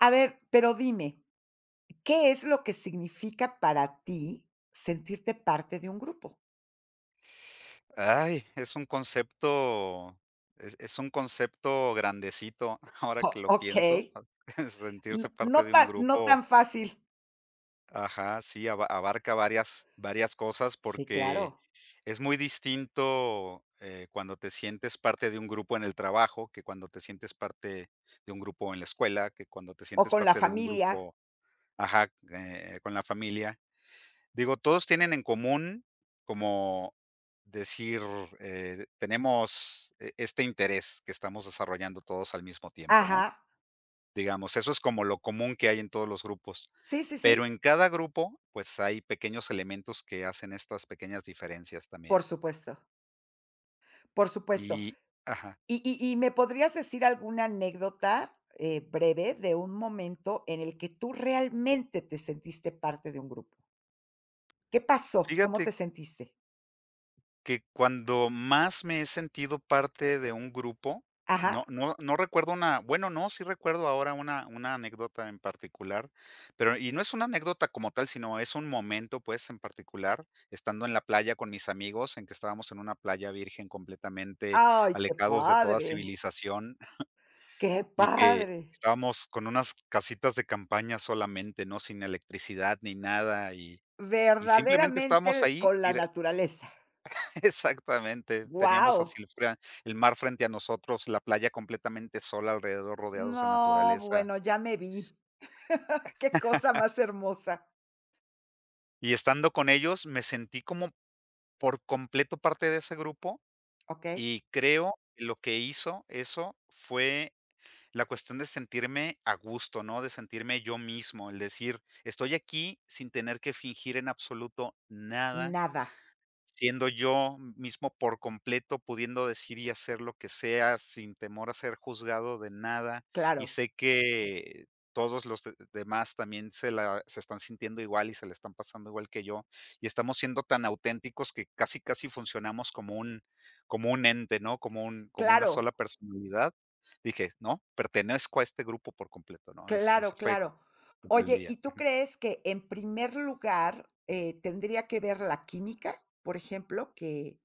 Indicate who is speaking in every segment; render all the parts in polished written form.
Speaker 1: A ver, pero dime, ¿qué es lo que significa para ti sentirte parte de un grupo?
Speaker 2: Ay, es un concepto grandecito, ahora
Speaker 1: O
Speaker 2: que lo
Speaker 1: Okey,
Speaker 2: pienso.
Speaker 1: no
Speaker 2: Sentirse
Speaker 1: no
Speaker 2: parte de un
Speaker 1: tan no tan
Speaker 2: grupo.
Speaker 1: fácil.
Speaker 2: Ajá, sí, abarca varias cosas,
Speaker 1: Sí,
Speaker 2: porque
Speaker 1: claro.
Speaker 2: es muy distinto, cuando te sientes parte de un grupo en el trabajo, que cuando te sientes parte de un grupo en la escuela, que cuando te
Speaker 1: O
Speaker 2: sientes
Speaker 1: con la
Speaker 2: parte de un
Speaker 1: familia.
Speaker 2: grupo. Ajá, con la familia. Digo, todos tienen en común como decir, tenemos este interés que estamos desarrollando todos al mismo tiempo, ¿no?
Speaker 1: Ajá.
Speaker 2: Digamos, eso es como lo común que hay en todos los grupos,
Speaker 1: Sí, sí, sí,
Speaker 2: pero en cada grupo, pues, hay pequeños elementos que hacen estas pequeñas diferencias también.
Speaker 1: por supuesto, por supuesto.
Speaker 2: Y ajá.
Speaker 1: ¿Y me podrías decir alguna anécdota, breve de un momento en el que tú realmente te sentiste parte de un grupo? ¿Qué pasó? ¿Cómo
Speaker 2: Fíjate
Speaker 1: te sentiste?
Speaker 2: que cuando más me he sentido parte de un grupo,
Speaker 1: Ajá.
Speaker 2: no recuerdo una, bueno, no, sí recuerdo ahora una anécdota en particular, pero no es una anécdota como tal, sino es un momento, pues, en particular, estando en la playa con mis amigos, en que estábamos en una playa virgen completamente
Speaker 1: Ay, qué
Speaker 2: alejados de toda
Speaker 1: padre,
Speaker 2: civilización
Speaker 1: qué
Speaker 2: y que
Speaker 1: padre.
Speaker 2: estábamos con unas casitas de campaña solamente, ¿no? Sin electricidad ni nada, y simplemente estábamos
Speaker 1: Verdaderamente
Speaker 2: ahí.
Speaker 1: con la naturaleza.
Speaker 2: Exactamente, teníamos así
Speaker 1: Wow.
Speaker 2: el mar frente a nosotros, la playa completamente sola alrededor, rodeados de
Speaker 1: No,
Speaker 2: naturaleza.
Speaker 1: bueno, ya me vi. Qué cosa más hermosa.
Speaker 2: Y estando con ellos, me sentí como por completo parte de ese grupo,
Speaker 1: ¿Ok?
Speaker 2: y creo que lo que hizo eso fue la cuestión de sentirme a gusto, ¿no? De sentirme yo mismo, el decir: "Estoy aquí sin tener que fingir en absoluto nada".
Speaker 1: Nada.
Speaker 2: Siendo yo mismo por completo, pudiendo decir y hacer lo que sea sin temor a ser juzgado de nada, y
Speaker 1: Claro,
Speaker 2: sé que todos los de demás también se están sintiendo igual y se la están pasando igual que yo, y estamos siendo tan auténticos que casi, casi funcionamos como un ente, ¿no? Como una
Speaker 1: claro,
Speaker 2: sola personalidad. Dije: "No, pertenezco a este grupo por completo", ¿no? Ese
Speaker 1: claro,
Speaker 2: fue
Speaker 1: claro.
Speaker 2: como el
Speaker 1: Oye,
Speaker 2: día.
Speaker 1: ¿y tú crees que en primer lugar, tendría que ver la química, por ejemplo, que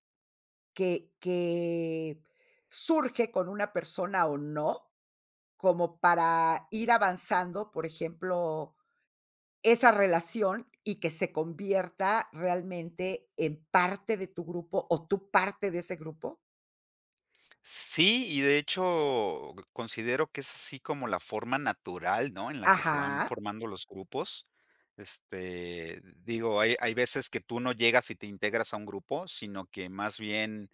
Speaker 1: que que surge con una persona o no, como para ir avanzando, por ejemplo, esa relación y que se convierta realmente en parte de tu grupo o tú parte de ese grupo?
Speaker 2: Sí, y de hecho, considero que es así como la forma natural, ¿no?, en la que se van
Speaker 1: Ajá,
Speaker 2: formando los grupos. Este, digo, hay veces que tú no llegas y te integras a un grupo, sino que más bien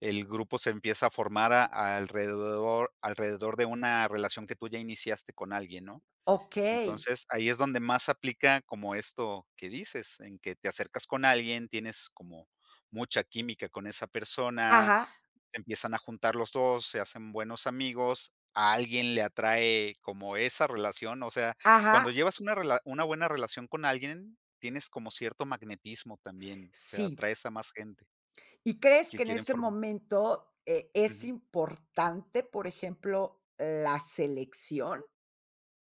Speaker 2: el grupo se empieza a formar a alrededor alrededor de una relación que tú ya iniciaste con alguien, ¿no?
Speaker 1: okey.
Speaker 2: Entonces, ahí es donde más aplica como esto que dices, en que te acercas con alguien, tienes como mucha química con esa persona,
Speaker 1: Ajá,
Speaker 2: empiezan a juntar los 2, se hacen buenos amigos, a alguien le atrae como esa relación, o sea,
Speaker 1: ajá,
Speaker 2: cuando llevas una buena relación con alguien, tienes como cierto magnetismo también, o sea,
Speaker 1: sí.
Speaker 2: atraes a más gente
Speaker 1: ¿Y crees
Speaker 2: que
Speaker 1: que en
Speaker 2: quieren
Speaker 1: ese
Speaker 2: formar.
Speaker 1: momento, es
Speaker 2: Ujú.
Speaker 1: importante, por ejemplo, la selección?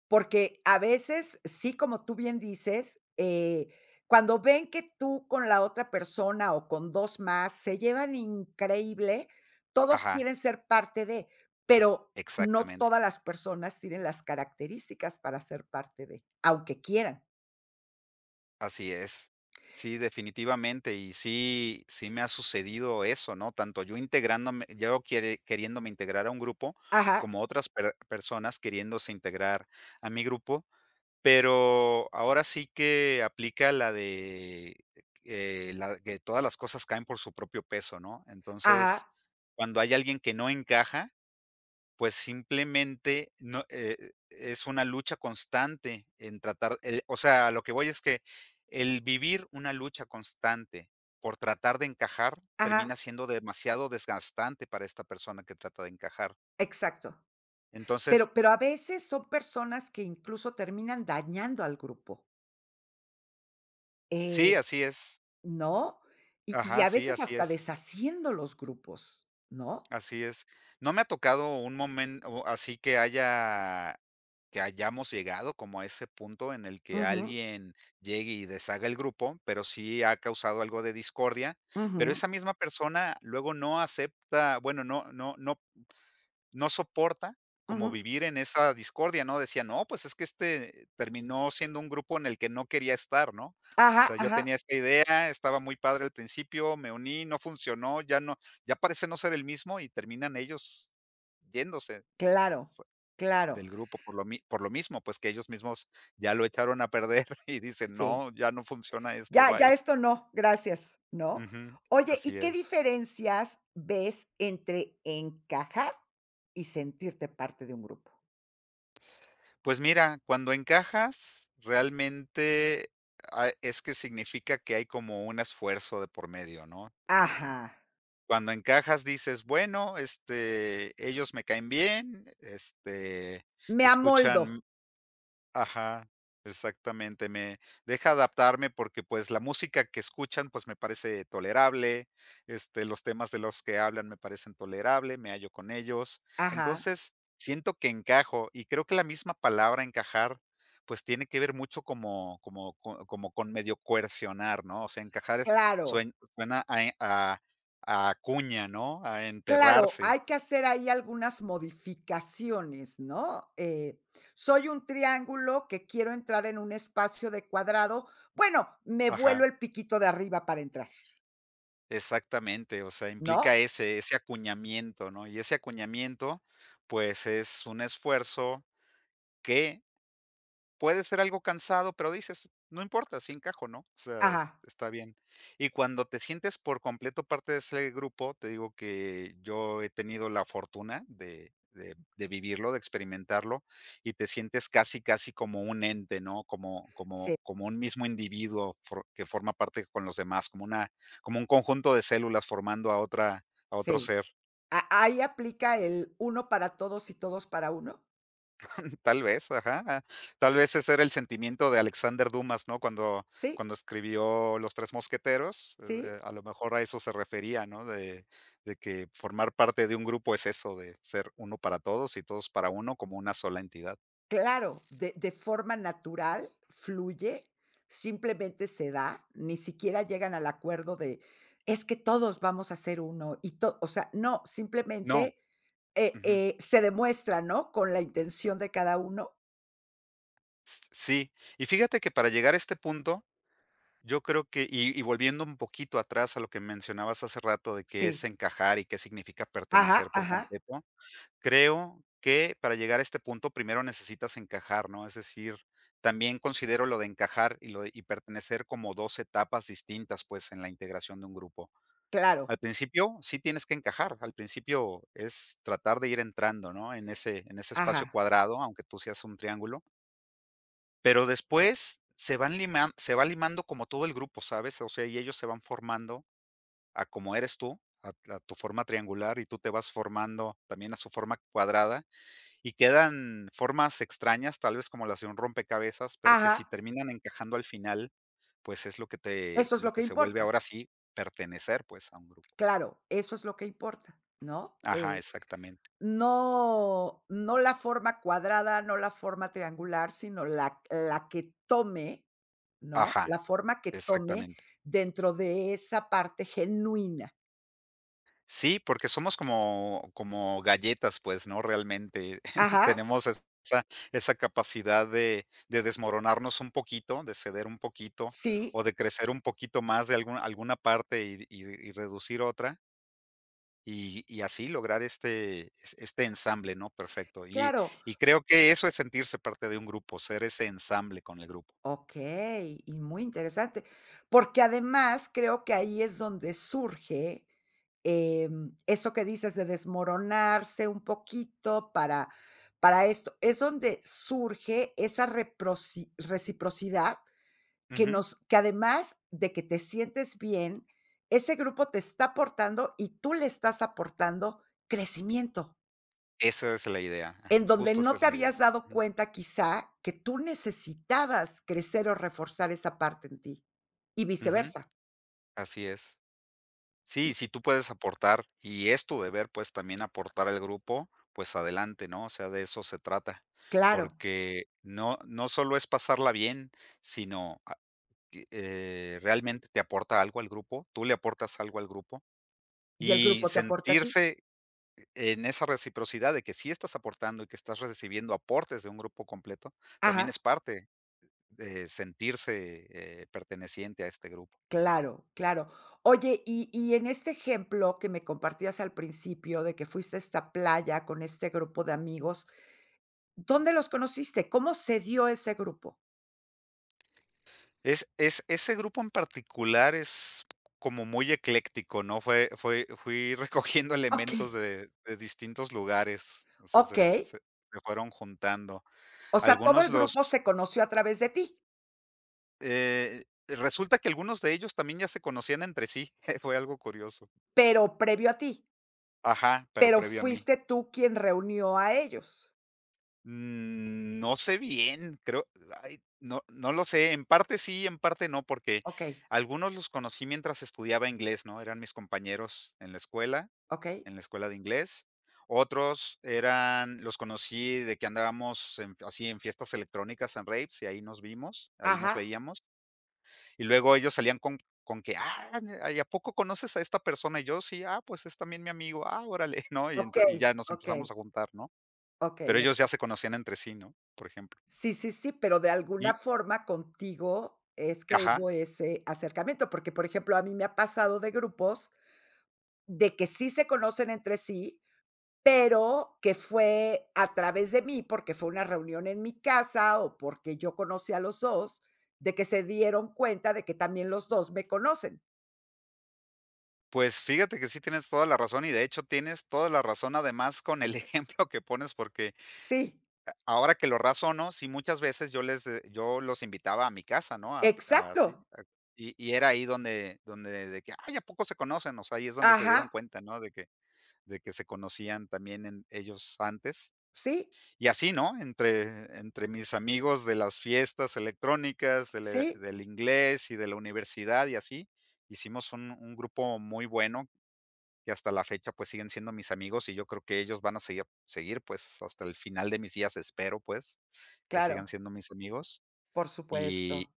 Speaker 1: Porque a veces, sí, como tú bien dices, cuando ven que tú con la otra persona o con 2 más se llevan increíble, todos
Speaker 2: Ajá,
Speaker 1: quieren ser parte de, pero no
Speaker 2: exactamente,
Speaker 1: todas las personas tienen las características para ser parte de, aunque quieran.
Speaker 2: así es. Sí, definitivamente, y sí me ha sucedido eso, ¿no? Tanto yo integrándome yo quiere queriéndome integrar a un grupo,
Speaker 1: Ajá,
Speaker 2: como otras personas queriéndose integrar a mi grupo. Pero ahora sí que aplica la de, la que todas las cosas caen por su propio peso, ¿no?
Speaker 1: ajá,
Speaker 2: Entonces, cuando hay alguien que no encaja, pues simplemente no, es una lucha constante en tratar, el o sea, a lo que voy es que el vivir una lucha constante por tratar de encajar termina
Speaker 1: ajá,
Speaker 2: siendo demasiado desgastante para esta persona que trata de encajar.
Speaker 1: exacto. Pero
Speaker 2: Entonces,
Speaker 1: a veces son personas que incluso terminan dañando al grupo,
Speaker 2: sí,
Speaker 1: eh,
Speaker 2: así es.
Speaker 1: ¿no? Y
Speaker 2: Ajá,
Speaker 1: a
Speaker 2: sí,
Speaker 1: veces
Speaker 2: así
Speaker 1: hasta
Speaker 2: es.
Speaker 1: deshaciendo los grupos, ¿no?
Speaker 2: Así es. No me ha tocado un momento así que hayamos llegado como a ese punto en el que
Speaker 1: Ujú,
Speaker 2: alguien llegue y deshaga el grupo, pero sí ha causado algo de discordia, pero
Speaker 1: ujú,
Speaker 2: esa misma persona luego no acepta, bueno, no soporta como
Speaker 1: ujú.
Speaker 2: vivir en esa discordia, ¿no? Decía: "No, pues es que este terminó siendo un grupo en el que no quería estar", ¿no? O
Speaker 1: Ajá,
Speaker 2: sea, yo
Speaker 1: ajá,
Speaker 2: tenía esta idea, estaba muy padre al principio, me uní, no funcionó, ya parece no ser el mismo y terminan ellos yéndose,
Speaker 1: claro, claro,
Speaker 2: del grupo por lo mismo, pues que ellos mismos ya lo echaron a perder y dicen:
Speaker 1: sí.
Speaker 2: "No, ya no funciona esto,
Speaker 1: Ya
Speaker 2: bye".
Speaker 1: ya esto no, gracias, ¿no?
Speaker 2: Ujú,
Speaker 1: Oye, ¿y
Speaker 2: así
Speaker 1: qué
Speaker 2: es.
Speaker 1: diferencias ves entre encajar y sentirte parte de un grupo?
Speaker 2: Pues mira, cuando encajas, realmente, es que significa que hay como un esfuerzo de por medio, ¿no?
Speaker 1: Ajá,
Speaker 2: Cuando encajas dices: "Bueno, este, ellos me caen bien, este,
Speaker 1: me amoldo,
Speaker 2: escuchan". Ajá, exactamente, me deja adaptarme porque, pues, la música que escuchan, pues, me parece tolerable, este, los temas de los que hablan me parecen tolerable, me hallo con ellos.
Speaker 1: ajá,
Speaker 2: Entonces, siento que encajo, y creo que la misma palabra encajar, pues, tiene que ver mucho como como co como con medio coercionar, ¿no? O sea, encajar
Speaker 1: claro,
Speaker 2: suena a cuña, ¿no? A
Speaker 1: claro,
Speaker 2: enterrarse.
Speaker 1: hay que hacer ahí algunas modificaciones, ¿no? Soy un triángulo que quiero entrar en un espacio de cuadrado, bueno, me
Speaker 2: Ajá.
Speaker 1: vuelo el piquito de arriba para entrar.
Speaker 2: Exactamente, o sea,
Speaker 1: ¿No?
Speaker 2: implica ese acuñamiento, ¿no? Y ese acuñamiento, pues, es un esfuerzo que puede ser algo cansado, pero dices: "No importa, sí encajo", ¿no? O sea, es
Speaker 1: Ajá,
Speaker 2: está bien. Y cuando te sientes por completo parte de ese grupo, te digo que yo he tenido la fortuna de vivirlo, de experimentarlo, y te sientes casi, casi como un ente, ¿no? Como
Speaker 1: sí,
Speaker 2: como como un mismo individuo for que forma parte con los demás, como un conjunto de células formando a otro
Speaker 1: sí.
Speaker 2: ser.
Speaker 1: ¿A ¿ahí aplica el uno para todos y todos para uno?
Speaker 2: Tal vez, ajá. Tal vez ese era el sentimiento de Alexander Dumas, ¿no? Cuando,
Speaker 1: Sí,
Speaker 2: cuando escribió Los Tres Mosqueteros,
Speaker 1: sí,
Speaker 2: a lo mejor a eso se refería, ¿no? De que formar parte de un grupo es eso, de ser uno para todos y todos para uno como una sola entidad.
Speaker 1: claro, de forma natural, fluye, simplemente se da, ni siquiera llegan al acuerdo de: "Es que todos vamos a ser uno", y todo, o sea, no,
Speaker 2: No.
Speaker 1: simplemente,
Speaker 2: Ujú.
Speaker 1: se demuestra, ¿no?, con la intención de cada uno.
Speaker 2: Sí. Y fíjate que para llegar a este punto, yo creo que, y volviendo un poquito atrás a lo que mencionabas hace rato de qué
Speaker 1: Sí.
Speaker 2: es encajar y qué significa
Speaker 1: Ajá,
Speaker 2: pertenecer por
Speaker 1: ajá,
Speaker 2: completo, creo que para llegar a este punto primero necesitas encajar, ¿no? Es decir, también considero lo de encajar y lo de pertenecer como 2 etapas distintas, pues, en la integración de un grupo. Al
Speaker 1: claro,
Speaker 2: principio sí tienes que encajar, al principio es tratar de ir entrando, ¿no? En ese espacio
Speaker 1: ajá,
Speaker 2: cuadrado, aunque tú seas un triángulo, pero después se va limando como todo el grupo, ¿sabes? O sea, y ellos se van formando a como eres tú, a tu forma triangular y tú te vas formando también a su forma cuadrada y quedan formas extrañas, tal vez como las de un rompecabezas, pero que si
Speaker 1: ajá,
Speaker 2: terminan encajando al final, pues es lo que te
Speaker 1: eso es
Speaker 2: lo
Speaker 1: lo
Speaker 2: que
Speaker 1: que
Speaker 2: se vuelve
Speaker 1: importa.
Speaker 2: ahora sí pertenecer, pues, a un grupo.
Speaker 1: Claro, eso es lo que importa, ¿no?
Speaker 2: Ajá, exactamente.
Speaker 1: No la forma cuadrada, no la forma triangular, sino la que tome, ¿no?
Speaker 2: Ajá,
Speaker 1: La forma que tome
Speaker 2: exactamente.
Speaker 1: dentro de esa parte genuina.
Speaker 2: Sí, porque somos como galletas, pues, ¿no? Realmente
Speaker 1: Ajá,
Speaker 2: tenemos esa capacidad de desmoronarnos un poquito, de ceder un poquito
Speaker 1: sí,
Speaker 2: o de crecer un poquito más de algún alguna parte y y reducir otra. Y así lograr este es este ensamble, ¿no? Perfecto. Y
Speaker 1: claro.
Speaker 2: y creo que eso es sentirse parte de un grupo, ser ese ensamble con el grupo.
Speaker 1: Okey, y muy interesante, porque además creo que ahí es donde surge, eso que dices de desmoronarse un poquito para esto, es donde surge esa reproci reciprocidad que
Speaker 2: Ujú.
Speaker 1: nos, que además de que te sientes bien, ese grupo te está aportando y tú le estás aportando crecimiento.
Speaker 2: Esa es la idea, ajá,
Speaker 1: En donde
Speaker 2: justo esa
Speaker 1: no
Speaker 2: es
Speaker 1: te
Speaker 2: la idea.
Speaker 1: habías dado
Speaker 2: Ujú,
Speaker 1: cuenta, quizá, que tú necesitabas crecer o reforzar esa parte en ti, y
Speaker 2: ujú,
Speaker 1: viceversa,
Speaker 2: así es. Sí, si tú puedes aportar, y es tu deber, pues, también aportar al grupo, pues adelante, ¿no? O sea, de eso se trata,
Speaker 1: claro,
Speaker 2: porque no solo es pasarla bien, sino a que, realmente te aporta algo al grupo, tú le aportas algo al grupo,
Speaker 1: y el
Speaker 2: y
Speaker 1: grupo te aporta a ti.
Speaker 2: sentirse en esa reciprocidad de que sí estás aportando y que estás recibiendo aportes de un grupo completo,
Speaker 1: Ajá,
Speaker 2: también es parte de sentirse, perteneciente a este grupo.
Speaker 1: claro, claro. Oye, y en este ejemplo que me compartías al principio de que fuiste a esta playa con este grupo de amigos, ¿dónde los conociste? ¿Cómo se dio ese grupo?
Speaker 2: Es ese grupo en particular es como muy ecléctico, ¿no? Fue fue fui recogiendo
Speaker 1: Okey,
Speaker 2: elementos de distintos lugares, o sea, se
Speaker 1: okey.
Speaker 2: se se fueron juntando.
Speaker 1: O sea, todo
Speaker 2: Algunos
Speaker 1: el grupo
Speaker 2: los,
Speaker 1: se conoció a través de ti,
Speaker 2: Resulta que algunos de ellos también ya se conocían entre sí, fue algo curioso.
Speaker 1: pero previo a ti,
Speaker 2: Ajá, pero
Speaker 1: pero
Speaker 2: previo a mí.
Speaker 1: fuiste tú quien reunió a ellos.
Speaker 2: Mm, no sé bien, creo, ay, no lo sé, en parte sí, en parte no, porque
Speaker 1: Okey,
Speaker 2: algunos los conocí mientras estudiaba inglés, ¿no? Eran mis compañeros
Speaker 1: okey.
Speaker 2: en la escuela de inglés. Otros eran los conocí de que andábamos en así en fiestas electrónicas, en raves, y ahí nos vimos, ahí nos
Speaker 1: Ajá,
Speaker 2: veíamos. Y luego ellos salían con que: "Ah, ¿y a poco conoces a esta persona?" Y yo: "Sí, ah, pues es también mi amigo, ah, órale", ¿no? Y ento
Speaker 1: okey,
Speaker 2: y ya nos
Speaker 1: okey,
Speaker 2: empezamos a juntar, ¿no?
Speaker 1: okey,
Speaker 2: Pero ellos
Speaker 1: okey.
Speaker 2: ya se conocían entre sí, ¿no? Por ejemplo.
Speaker 1: Sí, sí, sí, pero de
Speaker 2: Y
Speaker 1: alguna forma contigo es que
Speaker 2: ajá,
Speaker 1: hubo ese acercamiento, porque, por ejemplo, a mí me ha pasado de grupos de que sí se conocen entre sí, pero que fue a través de mí, porque fue una reunión en mi casa o porque yo conocí a los dos, de que se dieron cuenta de que también los 2 me conocen.
Speaker 2: pues fíjate que sí tienes toda la razón, y de hecho tienes toda la razón, además, con el ejemplo que pones, porque
Speaker 1: Sí,
Speaker 2: ahora que lo razono, sí, muchas veces yo los invitaba a mi casa, ¿no? A- así,
Speaker 1: exacto.
Speaker 2: a y era ahí donde de que: "Ay, ¿a poco se conocen?". O sea, ahí es donde se
Speaker 1: Ajá,
Speaker 2: dieron cuenta, ¿no? De que se conocían también en ellos antes.
Speaker 1: sí,
Speaker 2: Y así, ¿no? Entre mis amigos de las fiestas electrónicas, de la
Speaker 1: sí,
Speaker 2: del inglés y de la universidad y así, hicimos un grupo muy bueno que hasta la fecha, pues, siguen siendo mis amigos, y yo creo que ellos van a seguir pues, hasta el final de mis días, espero, pues, que sigan
Speaker 1: claro,
Speaker 2: siendo mis amigos.
Speaker 1: por
Speaker 2: Y
Speaker 1: supuesto.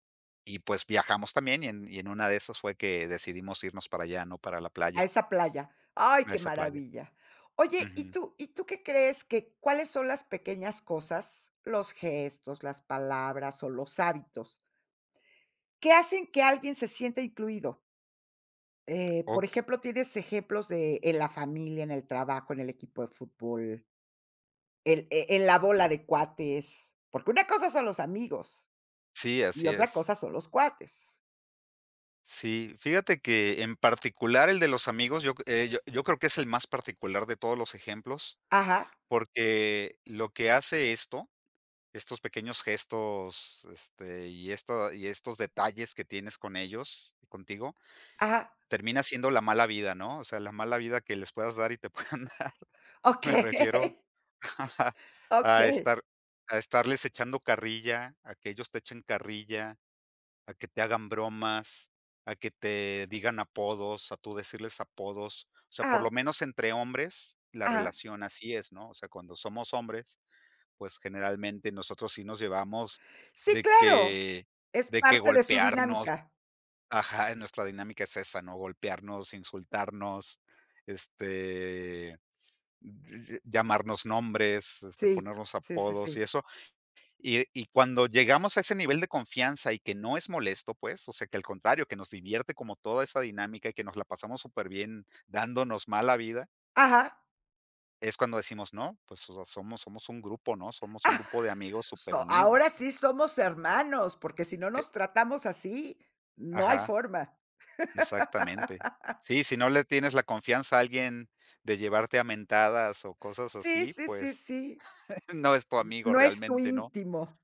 Speaker 2: y, pues, viajamos también, y en una de esas fue que decidimos irnos para allá, ¿no? Para la
Speaker 1: A
Speaker 2: playa,
Speaker 1: esa playa. Ay,
Speaker 2: a
Speaker 1: qué
Speaker 2: esa playa.
Speaker 1: maravilla. Oye, ¿y
Speaker 2: Ujú.
Speaker 1: tú y tú qué crees que cuáles son las pequeñas cosas, los gestos, las palabras o los hábitos que hacen que alguien se sienta incluido? Por
Speaker 2: Ok,
Speaker 1: ejemplo, ¿tienes ejemplos de en la familia, en el trabajo, en el equipo de fútbol, en en la bola de cuates? Porque una cosa son los amigos
Speaker 2: sí,
Speaker 1: y
Speaker 2: así
Speaker 1: otra
Speaker 2: es.
Speaker 1: cosa son los cuates.
Speaker 2: Sí, fíjate que en particular el de los amigos, yo creo que es el más particular de todos los ejemplos,
Speaker 1: Ajá,
Speaker 2: porque lo que hace esto, estos pequeños gestos, este, y estos detalles que tienes con ellos, contigo,
Speaker 1: ajá.
Speaker 2: termina siendo la mala vida, ¿no? O sea, la mala vida que les puedas dar y te puedan dar. Me
Speaker 1: Okey,
Speaker 2: refiero a
Speaker 1: okey.
Speaker 2: estar a estarles echando carrilla, a que ellos te echen carrilla, a que te hagan bromas, a que te digan apodos, a tú decirles apodos. O sea, por lo
Speaker 1: Ajá,
Speaker 2: menos entre hombres, la
Speaker 1: ajá.
Speaker 2: relación así es, ¿no? O sea, cuando somos hombres pues, generalmente nosotros sí nos llevamos
Speaker 1: Sí,
Speaker 2: de
Speaker 1: claro,
Speaker 2: que
Speaker 1: es parte de su
Speaker 2: golpearnos.
Speaker 1: dinámica.
Speaker 2: Ajá, nuestra dinámica es esa, ¿no? Golpearnos, insultarnos, este, ll llamarnos nombres, este,
Speaker 1: Sí,
Speaker 2: ponernos
Speaker 1: sí, sí,
Speaker 2: apodos y
Speaker 1: sí.
Speaker 2: eso. Y cuando llegamos a ese nivel de confianza y que no es molesto, pues, o sea, que al contrario, que nos divierte como toda esa dinámica y que nos la pasamos súper bien dándonos mala vida,
Speaker 1: Ajá.
Speaker 2: es cuando decimos: "No, pues, o sea, somos un grupo, ¿no? Somos un grupo de amigos súper
Speaker 1: So
Speaker 2: unido".
Speaker 1: ahora sí somos hermanos, porque si no nos tratamos así, no hay
Speaker 2: Ajá,
Speaker 1: forma.
Speaker 2: exactamente. Sí, si no le tienes la confianza a alguien de llevarte a mentadas o cosas
Speaker 1: Sí,
Speaker 2: así,
Speaker 1: sí, sí,
Speaker 2: pues
Speaker 1: sí.
Speaker 2: no es tu amigo
Speaker 1: No es tu
Speaker 2: realmente, ¿no?
Speaker 1: íntimo.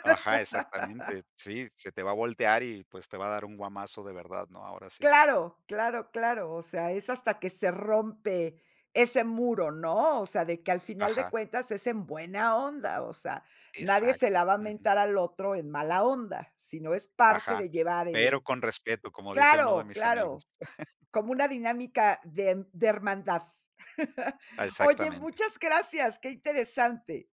Speaker 2: Ajá, exactamente. Sí, se te va a voltear y pues te va a dar un guamazo de verdad, ¿no? Ahora sí.
Speaker 1: Claro, claro, claro. O sea, es hasta que se rompe ese muro, ¿no? O sea, de que al final de
Speaker 2: Ajá,
Speaker 1: cuentas es en buena onda, o sea, nadie se
Speaker 2: exacto.
Speaker 1: la va a
Speaker 2: Ujú.
Speaker 1: mentar al otro en mala onda, sino es parte
Speaker 2: Ajá.
Speaker 1: de llevar
Speaker 2: Pero
Speaker 1: el
Speaker 2: con respeto, como dice uno de
Speaker 1: claro,
Speaker 2: mis
Speaker 1: claro.
Speaker 2: amigos.
Speaker 1: Como una dinámica de hermandad. Oye,
Speaker 2: Exactamente.
Speaker 1: muchas gracias, qué interesante.